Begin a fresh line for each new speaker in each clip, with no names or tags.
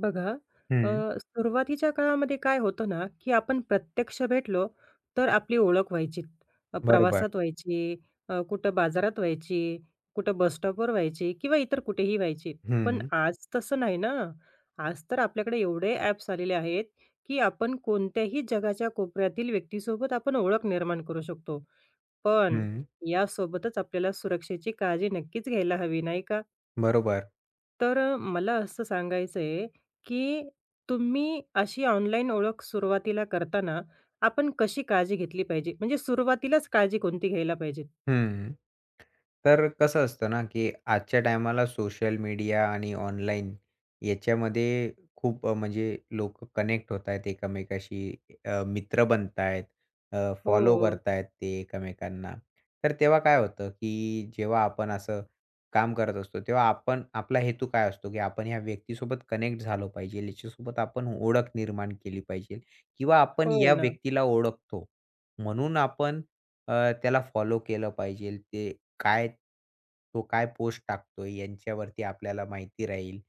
बघा, अ,
हं,
सुरुवातीच्या काळामध्ये काय होतं ना, की आपण प्रत्यक्ष भेटलो, तर आपली ओळख व्हायची.
बरोबर.
प्रवासात व्हायची, कुठं बाजारात व्हायची, कुठं बस स्टॉपवर व्हायची किंवा इतर कुठेही व्हायची. पण
हं,
आज तसं नाही ना. आज तर आपल्याकडे एवढे ॲप्स आलेले आहेत, की आपण कोणत्याही जगाच्या कोपऱ्यातील व्यक्तीसोबत आपण ओळख निर्माण करू शकतो. पण
हं.
यासोबतच आपल्याला सुरक्षेची काळजी नक्कीच घ्यायला हवी, नाही का?
बरोबर.
तर मला असं सांगायचं आहे, की तुम्ही अशी ऑनलाईन ओळख सुरुवातीला करताना आपण कशी काळजी घेतली पाहिजे? म्हणजे सुरुवातीलाच काळजी कोणती घ्यायला पाहिजे?
हं. तर कसं असतं ना, की आजच्या टायमाला सोशल मीडिया आणि ऑनलाईन याच्यामध्ये खूप म्हणजे लोकं कनेक्ट होत आहेत एकमेकाशी. मित्र बनत फॉलो
हो,
करतायत ते एकमेकांना. तर तेव्हा काय होतं, की जेव्हा आपण असं काम करत असतो, तेव्हा आपण आपला हेतू काय असतो, की आपण ह्या व्यक्तीसोबत कनेक्ट झालो पाहिजे. याच्यासोबत आपण ओळख निर्माण केली पाहिजे किंवा आपण
हो
या
ना.
व्यक्तीला ओळखतो. म्हणून आपण त्याला फॉलो केलं पाहिजे. ते काय तो काय पोस्ट टाकतोय यांच्यावरती आपल्याला माहिती राहील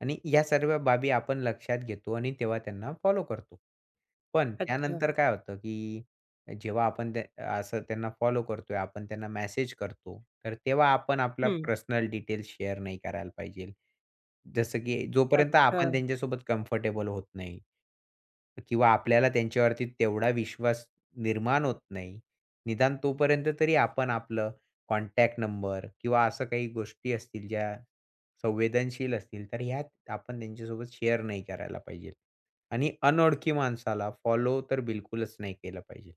आणि या सर्व बाबी आपण लक्षात घेतो आणि तेव्हा त्यांना फॉलो करतो. पण
अच्छा.
त्यानंतर काय होतं, की जेव्हा आपण ते असं त्यांना फॉलो करतोय, आपण त्यांना मेसेज करतो, तर तेव्हा आपण आपला
हं.
पर्सनल डिटेल्स शेअर नाही करायला पाहिजे. जसं की जोपर्यंत
अच्छा.
आपण त्यांच्यासोबत कम्फर्टेबल होत नाही किंवा आपल्याला त्यांच्यावरती तेवढा विश्वास निर्माण होत नाही. निदान तोपर्यंत तरी आपण आपलं कॉन्टॅक्ट नंबर किंवा असं काही गोष्टी असतील ज्या संवेदनशील असतील, तर ह्या आपण त्यांच्यासोबत शेअर नाही करायला पाहिजे. आणि अनोळखी माणसाला फॉलो तर बिलकुलच नाही केलं पाहिजे.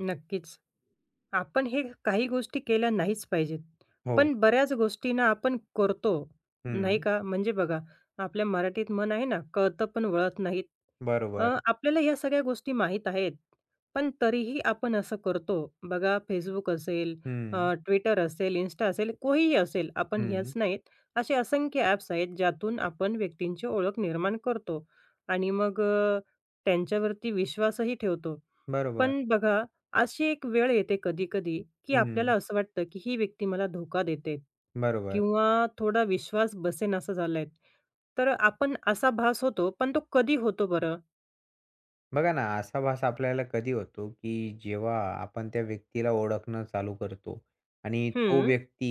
नक्कीच. आपण हे काही गोष्टी केल्या नाहीच पाहिजेत. पण
हो.
बऱ्याच गोष्टींना आपण करतो, नाही
हं.
का? म्हणजे बघा, आपल्या मराठीत म्हण आहे ना, "कळतं पण वळत नाहीत."
बरोबर.
आपल्याला या सगळ्या गोष्टी माहीत आहेत, पण तरीही आपण असं करतो. बघा, Facebook असेल, अ,
हं,
Twitter असेल, Insta असेल, कोणीही असेल, आपण ह्याच
हं.
नाहीत, असे असंख्य ॲप्स आहेत, ज्यातून आपण व्यक्तींची ओळख निर्माण करतो आणि मग त्यांच्यावरती विश्वासही ठेवतो.
बरोबर.
पण बघा, अशी एक वेळ येते कधी-कधी, की आपल्याला
हं.
असं वाटतं, की ही व्यक्ती मला धोका देते
बरोबर.
किंवा थोडा विश्वास बसेनासा झालाय. तर आपण असा भास होतो, पण तो कधी होतो बरं?
बघा ना, असा भास आपल्याला कधी होतो, की जेव्हा आपण त्या व्यक्तीला ओळखणं चालू करतो आणि तो
हं,
व्यक्ती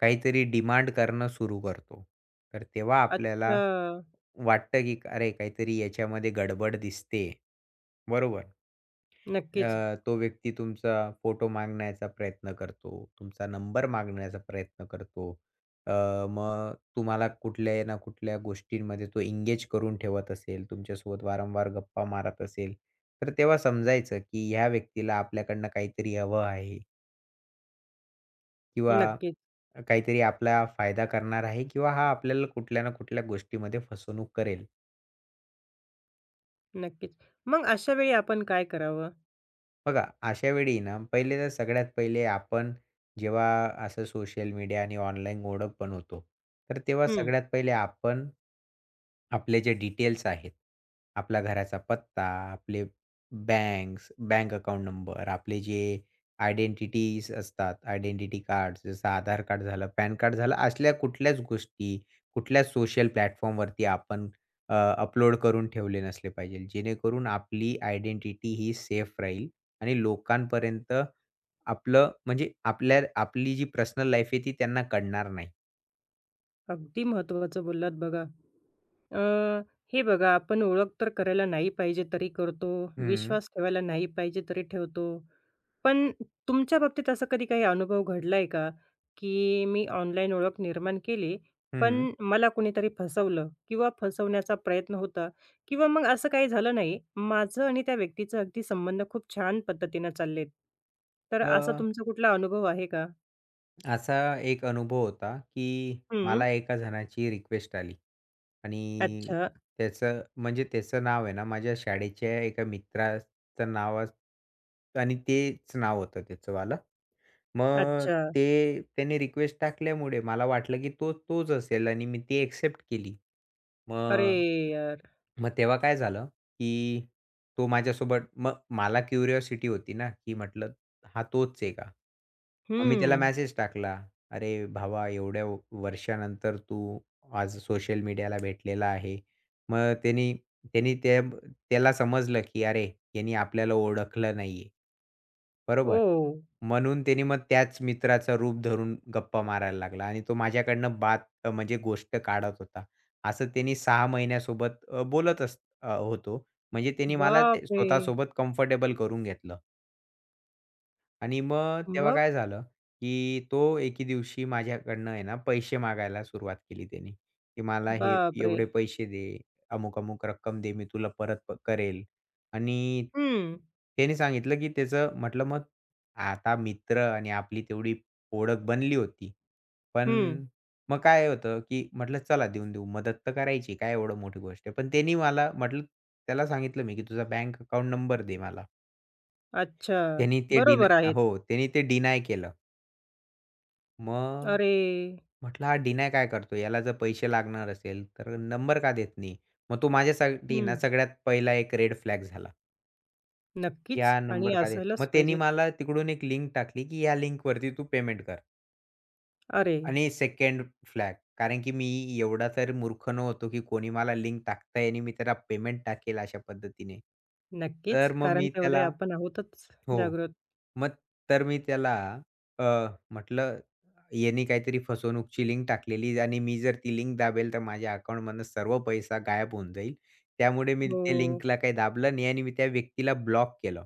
काहीतरी डिमांड करणं सुरू करतो. तर तेव्हा आपल्याला
अच्छा.
वाटतं, की अरे काहीतरी याच्यामध्ये गडबड दिसते, बरोबर?
नक्कीच,
तो व्यक्ती तुमचा फोटो मागण्याचा प्रयत्न करतो, तुमचा नंबर मागण्याचा प्रयत्न करतो. मग तुम्हाला कुठल्या ना कुठल्या गोष्टींमध्ये तो एंगेज करून ठेवत असेल, तुमच्यासोबत वारंवार गप्पा मारत असेल, तर तेव्हा समजायचं की ह्या व्यक्तीला आपल्याकडनं काहीतरी हवं आहे किंवा
नक्कीच,
काहीतरी आपला फायदा करणार आहे किंवा हा आपल्याला कुठल्या ना कुठल्या गोष्टीमध्ये फसवणूक करेल.
नक्कीच. मग अशा वेळी आपण काय करावं?
बघा, अशा वेळी ना, पहिले तर सगळ्यात पहिले आपण जेव्हा असं सोशल मीडिया आणि ऑनलाईन ओळख बनवतो, तर तेव्हा
हं,
सगळ्यात पहिले आपण आपले जे डिटेल्स आहेत, आपला घराचा पत्ता, आपले बँक अकाउंट नंबर, आपले जे आयडेंटिटीज असतात, आयडेंटिटी कार्ड्स जसं आधार कार्ड झालं, पॅन कार्ड झालं, असल्या कुठल्याच गोष्टी, कुठल्याच सोशल प्लॅटफॉर्मवरती आपण अपलोड करून ठेवले नसले पाहिजे. जेणेकरून आपली आयडेंटिटी ही सेफ राहील आणि लोकांपर्यंत आपलं म्हणजे आपली जी पर्सनल लाईफ आहे ती त्यांना कळणार नाही.
अगदी महत्त्वाचं बोललात बघा. अ, हे बघा, आपण ओळख तर करायला नाही पाहिजे तरी करतो,
हं,
विश्वास ठेवायला नाही पाहिजे तरी ठेवतो. पण तुमच्या बाबतीत असा कधी काही अनुभव घडलाय का, की मी ऑनलाईन ओळख निर्माण केली,
हं.
पण मला कुणीतरी फसवलं किंवा फसवण्याचा प्रयत्न होता किंवा मग असं काही झालं नाही. माझं आणि त्या व्यक्तीचं अगदी संबंध खूप छान पद्धतीनं चाललेत. तर
अ
असा तुमचा कुठला अनुभव आहे का?
असा एक अनुभव होता, की
हं.
मला एका जणाची रिक्वेस्ट आली आणि
अच्छा,
त्याचं नाव आहे ना, माझ्या शाळेच्या एका मित्राचं नाव आणि तेच नाव होतं त्याचंवालं. मग
अच्छा.
ते त्याने रिक्वेस्ट टाकल्यामुळे मला वाटलं, की तो तोच असेल आणि मी ती एक्सेप्ट केली.
अरे
मग
यार!
मग तेव्हा काय झालं, की तो माझ्यासोबत मग मला क्युरिओसिटी होती ना, की म्हटलं हा तोच आहे का? मग मी त्याला
हं.
मेसेज टाकला, "अरे भावा एवढ्या वर्षानंतर तू आज सोशल मीडियाला भेटलेला आहे." मग त्यानी त्यानी त्या त्याला समजलं, की अरे यानी आपल्याला ओळखलं नाहीये. बरोबर.
ओह!
म्हणून त्याने मग त्याच मित्राचं रूप धरून गप्पा मारायला लागला आणि तो माझ्याकडनं बात अ, म्हणजे गोष्ट काढत होता. असं त्यांनी 6 महिन्यासोबत होतो. म्हणजे त्यांनी मला ते
बापरे!
स्वतःसोबत कम्फर्टेबल करून घेतलं. आणि मग तेव्हा
मग?
काय झालं, की तो एके दिवशी माझ्याकडनं आहे ना, पैसे मागायला सुरुवात केली त्याने, की मला हे
बापरे!
एवढे पैसे दे, अमुक-अमुक रक्कम दे, मी तुला परत करेल. आणि
हं,
त्याने सांगितलं, की त्याचं म्हटलं मग आता मित्र आणि आपली तेवढी ओळख बनली होती. पण
हं.
मग काय होतं, की म्हटलं चला देऊन देऊ, मदत तर करायची, काय एवढं मोठी गोष्ट आहे. पण त्यानी मला म्हटलं त्याला सांगितलं मी, की तुझा बँक अकाउंट नंबर दे मला.
अच्छा. बरोबर आहेत.
त्यांनी ते डिनाय केलं. मग
अरे!
म्हटलं हा डिनाय काय करतो? याला जर पैसे लागणार असेल, तर नंबर का देत नाही? मग तो माझ्यासाठी
हं,
ना सगळ्यात पहिला एक रेड फ्लॅग झाला. की
नक्कीच आणि
नंबर का देत
असायलाच
मग त्यांनी
पाहिजेत.
मला तिकडून एक लिंक टाकली, की या लिंकवरती तू पेमेंट कर.
अरे!
आणि सेकंड फ्लॅग कारण की मी एवढा तर मूर्ख नव्हतो, की कोणी मला लिंक टाकतंय आणि मी त्याला पेमेंट टाकेल अशा पद्धतीने.
नक्कीच,
तर मग
कारण
मी
तेवढे
त्याला
आपण आहोतच
हो.
जागृत.
मग तर मी त्याला अ, म्हटलं, "याने काहीतरी फसवणूकची लिंक टाकलेली आणि मी जर ती लिंक दाबेल तर माझ्या अकाउंटमधनं सर्व पैसा गायब होऊन जाईल." त्यामुळे मी
हो.
त्या लिंकला काही दाबलं नाही आणि मी त्या व्यक्तीला ब्लॉक केलं.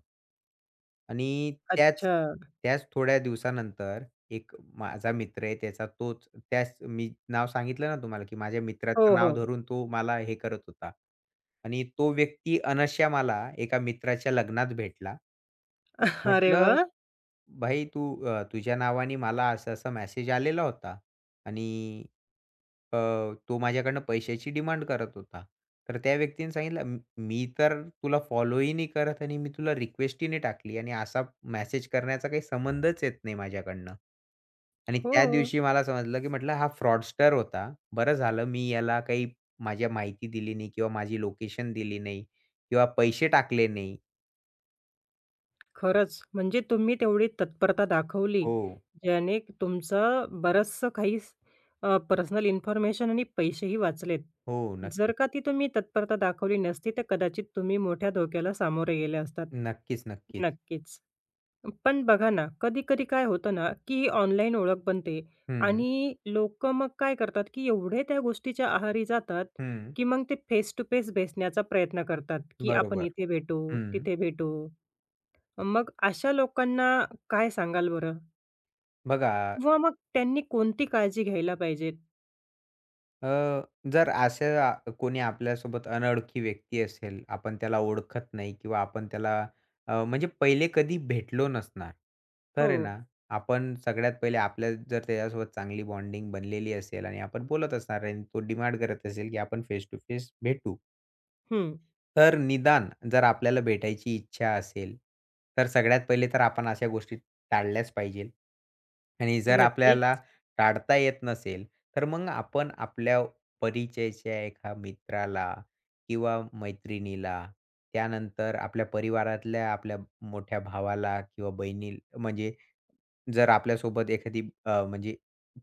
आणि त्याच
अच्छा.
त्याच थोड्या दिवसानंतर एक माझा मित्र आहे त्याचा तोच त्याच मी नाव सांगितलं ना तुम्हाला, की माझ्या
हो,
मित्राचं
हो.
नाव धरून तो मला हे करत होता. आणि तो व्यक्ती अनश्या मला एका मित्राच्या लग्नात भेटला.
अरे
म्हटलं,
वाह!
"भाई तू तुझ्या नावाने मला असा-असा मेसेज आलेला होता आणि अ, तो माझ्याकडनं पैशाची डिमांड करत होता." तर त्या व्यक्तीने सांगितलं, मी तर तुला फॉलोही नाही करत आणि मी तुला रिक्वेस्ट ही नाही टाकली आणि असा मेसेज करण्याचा काही संबंधच येत नाही माझ्याकडनं." आणि
हो,
त्या दिवशी मला समजलं, की म्हटलं हा फ्रॉडस्टर होता. बरं झालं मी याला काही माझ्या माहिती दिली नाही किंवा माझी लोकेशन दिली नाही किंवा पैसे टाकले नाही.
खरंच. म्हणजे तुम्ही तेवढी तत्परता दाखवली,
हो,
ज्याने तुमचं बरचसं काही स पर्सनल इन्फॉर्मेशन आणि पैसेही वाचलेत.
हो.
जर
नक्कीच.
का ती तुम्ही तत्परता दाखवली नसती, तर कदाचित तुम्ही मोठ्या धोक्याला सामोरे गेले असतात.
नक्कीच, नक्कीच.
नक्कीच. पण बघा ना, कधी-कधी काय होतं ना, की ही ऑनलाईन ओळख बनते
हं,
आणि लोकं मग काय करतात, की एवढे त्या गोष्टीच्या आहारी जातात,
हं.
की मग ते फेस टू फेस भेटण्याचा प्रयत्न करतात, की आपण
बरोबर.
इथे भेटू,
हं.
तिथे भेटू. मग अशा लोकांना काय सांगाल बरं?
बघा
किंवा मग त्यांनी कोणती काळजी घ्यायला पाहिजेत?
अ, जर असं कोणी आपल्यासोबत अनोळखी व्यक्ती असेल, आपण त्याला ओळखत नाही किंवा आपण त्याला अ, म्हणजे पहिले कधी भेटलो नसणार. तर
हो.
आहे ना, आपण सगळ्यात पहिले आपल्या जर त्याच्यासोबत चांगली बॉन्डिंग बनलेली असेल आणि आपण बोलत असणार आणि तो डिमांड करत असेल, की आपण फेस टू फेस भेटू.
हं.
तर निदान जर आपल्याला भेटायची इच्छा असेल, तर सगळ्यात पहिले तर आपण अशा गोष्टी टाळल्याच पाहिजेल. आणि जर आपल्याला
नक्कीच.
टाळता येत नसेल, तर मग आपण आपल्या परिचयाच्या एका मित्राला किंवा मैत्रिणीला, त्यानंतर आपल्या परिवारातल्या आपल्या मोठ्या भावाला किंवा बहिणी म्हणजे जर आपल्यासोबत एखादी अ, म्हणजे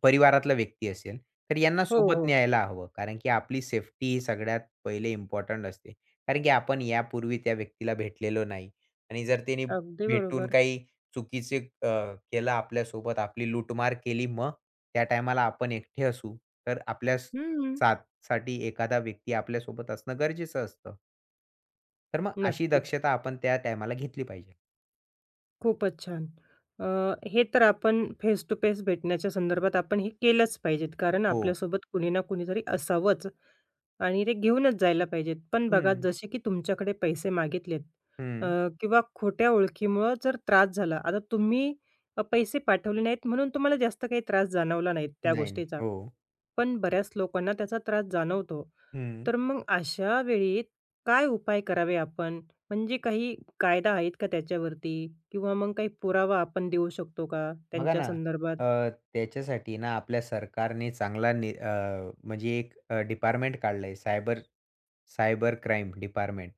परिवारातला व्यक्ती असेल, तर यांना
हो,
सोबत
हो.
न्यायला हवं. कारण की आपली सेफ्टी ही सगळ्यात पहिले इम्पोर्टंट असते. कारण की आपण यापूर्वी त्या व्यक्तीला भेटलेलो नाही आणि जर त्याने
अगदी
भेटून
बरोबर.
काही चुकीचे केलं आपल्यासोबत, आपली लूटमार केली, मग त्या टायमाला आपण एकटे असू, तर आपल्या
हं,
साथ साठी एखादा व्यक्ती आपल्यासोबत असणं गरजेचं असतं. तर मग अशी
नक्कीच.
दक्षता आपण त्या टायमाला घेतली पाहिजे.
खूपच छान. अ, हे तर आपण फेस टू फेस भेटण्याच्या संदर्भात आपण हे केलंच पाहिजेत. कारण
हो.
आपल्यासोबत कुणी ना कुणीतरी असावंच आणि ते घेऊनच जायला पाहिजेत. पण बघा
हं,
जसे की तुमच्याकडे पैसे मागितलेत अ,
हं.
किंवा खोट्या ओळखीमुळं जर त्रास झाला. आता तुम्ही पैसे पाठवले नाहीत म्हणून तुम्हाला जास्त काही त्रास जाणवला नाही त्या
नाही, नाही.
गोष्टीचा.
हो.
पण बऱ्याच लोकांना त्याचा त्रास जाणवतो.
हं.
तर मग अशा वेळी काय उपाय करावे आपण? म्हणजे काही कायदा आहेत का त्याच्यावरती? किंवा मग काही पुरावा आपण देऊ शकतो का
बघा
त्यांच्या
ना,
संदर्भात?
अ, त्याच्यासाठी ना आपल्या सरकारने चांगला नि अ, म्हणजे एक डिपार्टमेंट काढलंय सायबर सायबर क्राईम डिपार्टमेंट.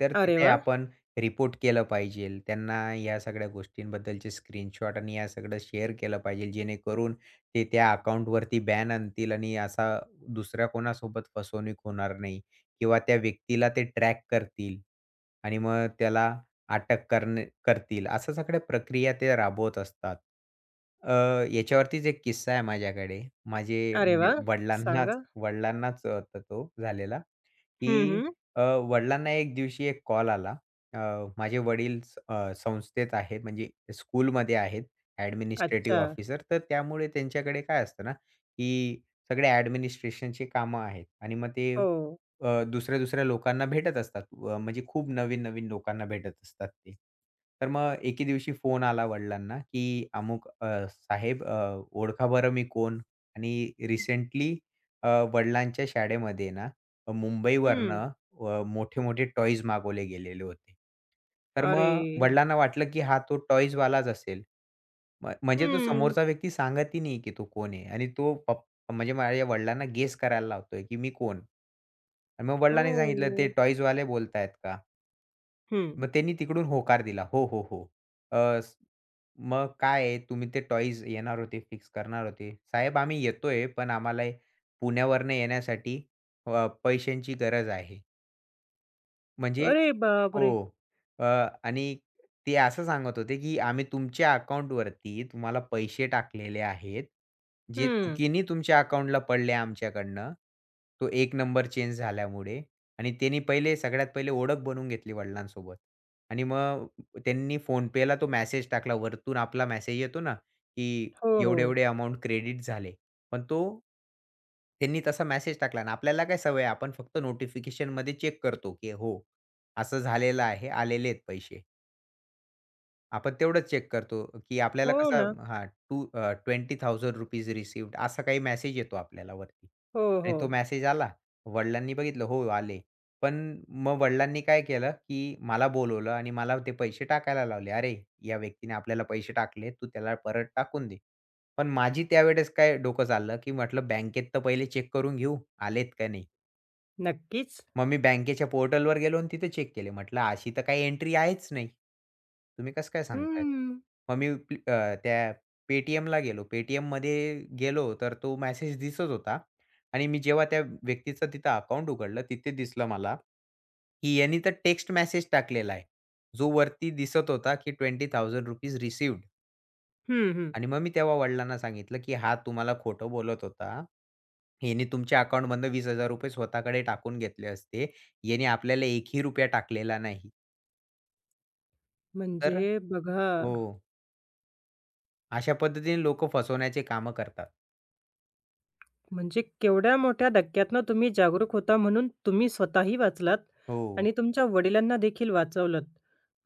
तर
अरे
तिथे
वाह!
आपण रिपोर्ट केलं पाहिजेल. त्यांना या सगळ्या गोष्टींबद्दलचे स्क्रीनशॉट आणि या सगळं शेअर केलं पाहिजे जेणेकरून ते त्या अकाउंटवरती बॅन आणतील आणि असा दुसऱ्या कोणासोबत फसवणूक होणार नाही किंवा त्या व्यक्तीला ते ट्रॅक करतील आणि मग त्याला अटक करणे करतील, असं सगळ्या प्रक्रिया ते राबवत असतात. अ, याच्यावरतीच एक किस्सा आहे माझ्याकडे. माझे
अरे
म्हणजे
वाह! सांगा.
वडिलांनाच वडिलांनाच होता तो झालेला,
हं,
की
हं.
अ, वडिलांना एक दिवशी एक कॉल आला. अ, माझे वडील संस्थेत आहेत म्हणजे स्कूलमध्ये आहेत
अच्छा.
Administrative officer. तर त्यामुळे त्यांच्याकडे काय असतं ना, की सगळे ॲडमिनिस्ट्रेशनची कामं आहेत आणि मग ते
हो.
दुसऱ्या-दुसऱ्या लोकांना भेटत असतात. म्हणजे खूप नवीन-नवीन लोकांना भेटत असतात ते. तर मग एके दिवशी फोन आला वडिलांना, की "अमुक साहेब ओळखा बरं मी कोण?" आणि रिसेंटली अ, वडिलांच्या शाळेमध्ये ना
हं.
मुंबईवरनं मोठे-मोठे टॉयज मागवले गेलेले होते. तर
अरे!
मग वडिलांना वाटलं, की हा तो टॉयजवालाच असेल. म्हणजे तो
हं.
समोरचा व्यक्ती सांगत नाही, की तो कोण आहे आणि तो म्हणजे माझ्या वडिलांना गेस करायला लावतोय, की मी कोण? आणि मग वडिलांनी सांगितलं, "ते
हो.
टॉयजवाले बोलतायत का?"
हं.
मग त्यांनी तिकडून होकार दिला, "हो, हो, हो." अ, स मग काय आहे, "तुम्ही ते टॉयज येणार होते, फिक्स करणार होते." "साहेब, आम्ही येतोय, पण आम्हाला पुण्यावरनं येण्यासाठी पैशांची गरज आहे." म्हणजे
अरे
हो.
बापरे!
अ, आणि ते असं सांगत होते, की आम्ही तुमच्या अकाउंटवरती तुम्हाला पैसे टाकलेले आहेत. जे
हं.
चुकीने तुमच्या अकाउंटला पडले आमच्याकडनं. तो एक नंबर चेंज झाल्यामुळे आणि त्यांनी पहिले सगळ्यात पहिले ओळख बनवून घेतली वडिलांसोबत आणि मग त्यांनी फोनपेला तो मेसेज टाकला. वरतून आपला मेसेज येतो ना, की
हो, हो.
एवढे-एवढे अमाउंट क्रेडिट झाले. पण तो त्यांनी तसा मेसेज टाकला आणि आपल्याला काय सवय आहे, आपण फक्त नोटिफिकेशनमध्ये चेक करतो, की हो असं झालेलं आहे, आलेले आहेत पैसे. आपण तेवढंच चेक करतो, की आपल्याला
हो
कसा
ना.
हां, टू ₹20,000 रिसीव्ह्ड असा काही मेसेज येतो आपल्याला वरती
हो, हो.
आणि तो मेसेज आला. वडिलांनी बघितलं, हो आले. पण मग वडिलांनी काय केलं, की मला बोलवलं आणि मला ते पैसे टाकायला लावले. "अरे, या व्यक्तीने आपल्याला पैसे टाकले, तू त्याला परत टाकून दे." पण माझी त्यावेळेस काय डोकं चाललं, की म्हटलं बँकेत तर पहिले चेक करून घेऊ, आलेत का नाही.
नक्कीच.
मग मी बँकेच्या पोर्टलवर गेलो आणि तिथे चेक केले. म्हटलं अशी तर काही एंट्री आहेच नाही. तुम्ही कसं काय सांगताय?
हं.
मग मी त्या Paytmला गेलो. Paytmमध्ये गेलो तर तो मेसेज दिसत होता आणि मी जेव्हा त्या व्यक्तीचं तिथं अकाउंट उघडलं, तिथे दिसलं मला, की यानी तर टेक्स्ट मेसेज टाकलेला आहे. जो वरती दिसत होता, की ₹20,000 रिसिव्ह्ड.
हं, हं.
आणि मग मी तेव्हा वडिलांना सांगितलं, की "हा तुम्हाला खोटं बोलत होता. ह्याने तुमच्या अकाउंटमधनं ₹20,000 स्वतःकडे टाकून घेतले असते. याने आपल्याला ₹1 ही टाकलेला नाही." तर
म्हणजे बघा
हो. अशा पद्धतीने लोकं फसवण्याचे कामं करतात.
म्हणजे केवढ्या मोठ्या धक्क्यातनं तुम्ही जागरूक होता म्हणून तुम्ही स्वतःही वाचलात
हो.
आणि तुमच्या वडिलांना देखील वाचवलंत.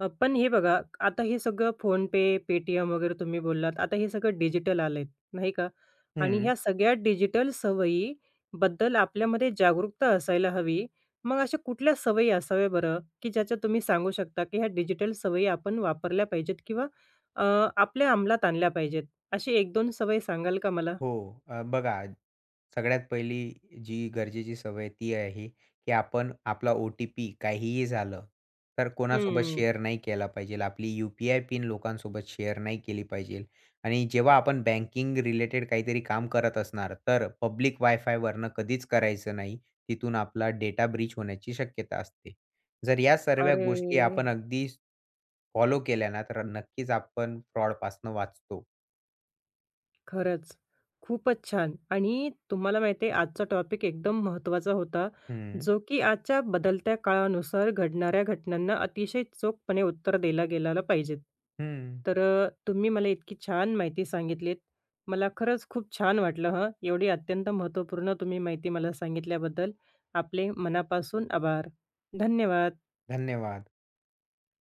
पण हे बघा, आता हे सगळं PhonePe, Paytm वगैरे तुम्ही बोललात, आता हे सगळं डिजिटल आलंय, नाही का? आणि
हं.
ह्या सगळ्या डिजिटल सवयीबद्दल आपल्यामध्ये जागरूकता असायला हवी. मग अशा कुठल्या सवयी असाव्या बरं, की ज्याच्या तुम्ही सांगू शकता, की ह्या डिजिटल सवयी आपण वापरल्या पाहिजेत किंवा अ, आपल्या अंमलात आणल्या पाहिजेत? अशी 1-2 सवयी सांगाल का मला?
हो. बघा सगळ्यात पहिली जी गरजेची सवय ती आहे, की आपण आपला OTP काहीही झालं, तर कोणासोबत
हं.
शेअर नाही केला पाहिजे. आपली UPI पिन लोकांसोबत शेअर नाही केली पाहिजे. आणि जेव्हा आपण बँकिंग रिलेटेड काहीतरी काम करत असणार, तर पब्लिक वाय कधीच करायचं नाही. तिथून आपला डेटा ब्रीच होण्याची शक्यता असते. जर या सर्व
अरे!
गोष्टी आपण अगदी फॉलो केल्या ना, तर नक्कीच आपण फ्रॉडपासून वाचतो.
खरंच. खूपच छान. आणि तुम्हाला माहिती आहे आजचा टॉपिक एकदम महत्त्वाचा होता,
हं,
जो की आजच्या बदलत्या काळानुसार घडणाऱ्या घटनांना अतिशय चोखपणे उत्तर दिला गेलेला पाहिजेत.
हं.
तर तुम्ही मला इतकी छान माहिती सांगितलीत. मला खरंच खूप छान वाटलं हं, एवढी अत्यंत महत्त्वपूर्ण तुम्ही माहिती मला सांगितल्याबद्दल. आपले मनापासून आभार. धन्यवाद.
धन्यवाद.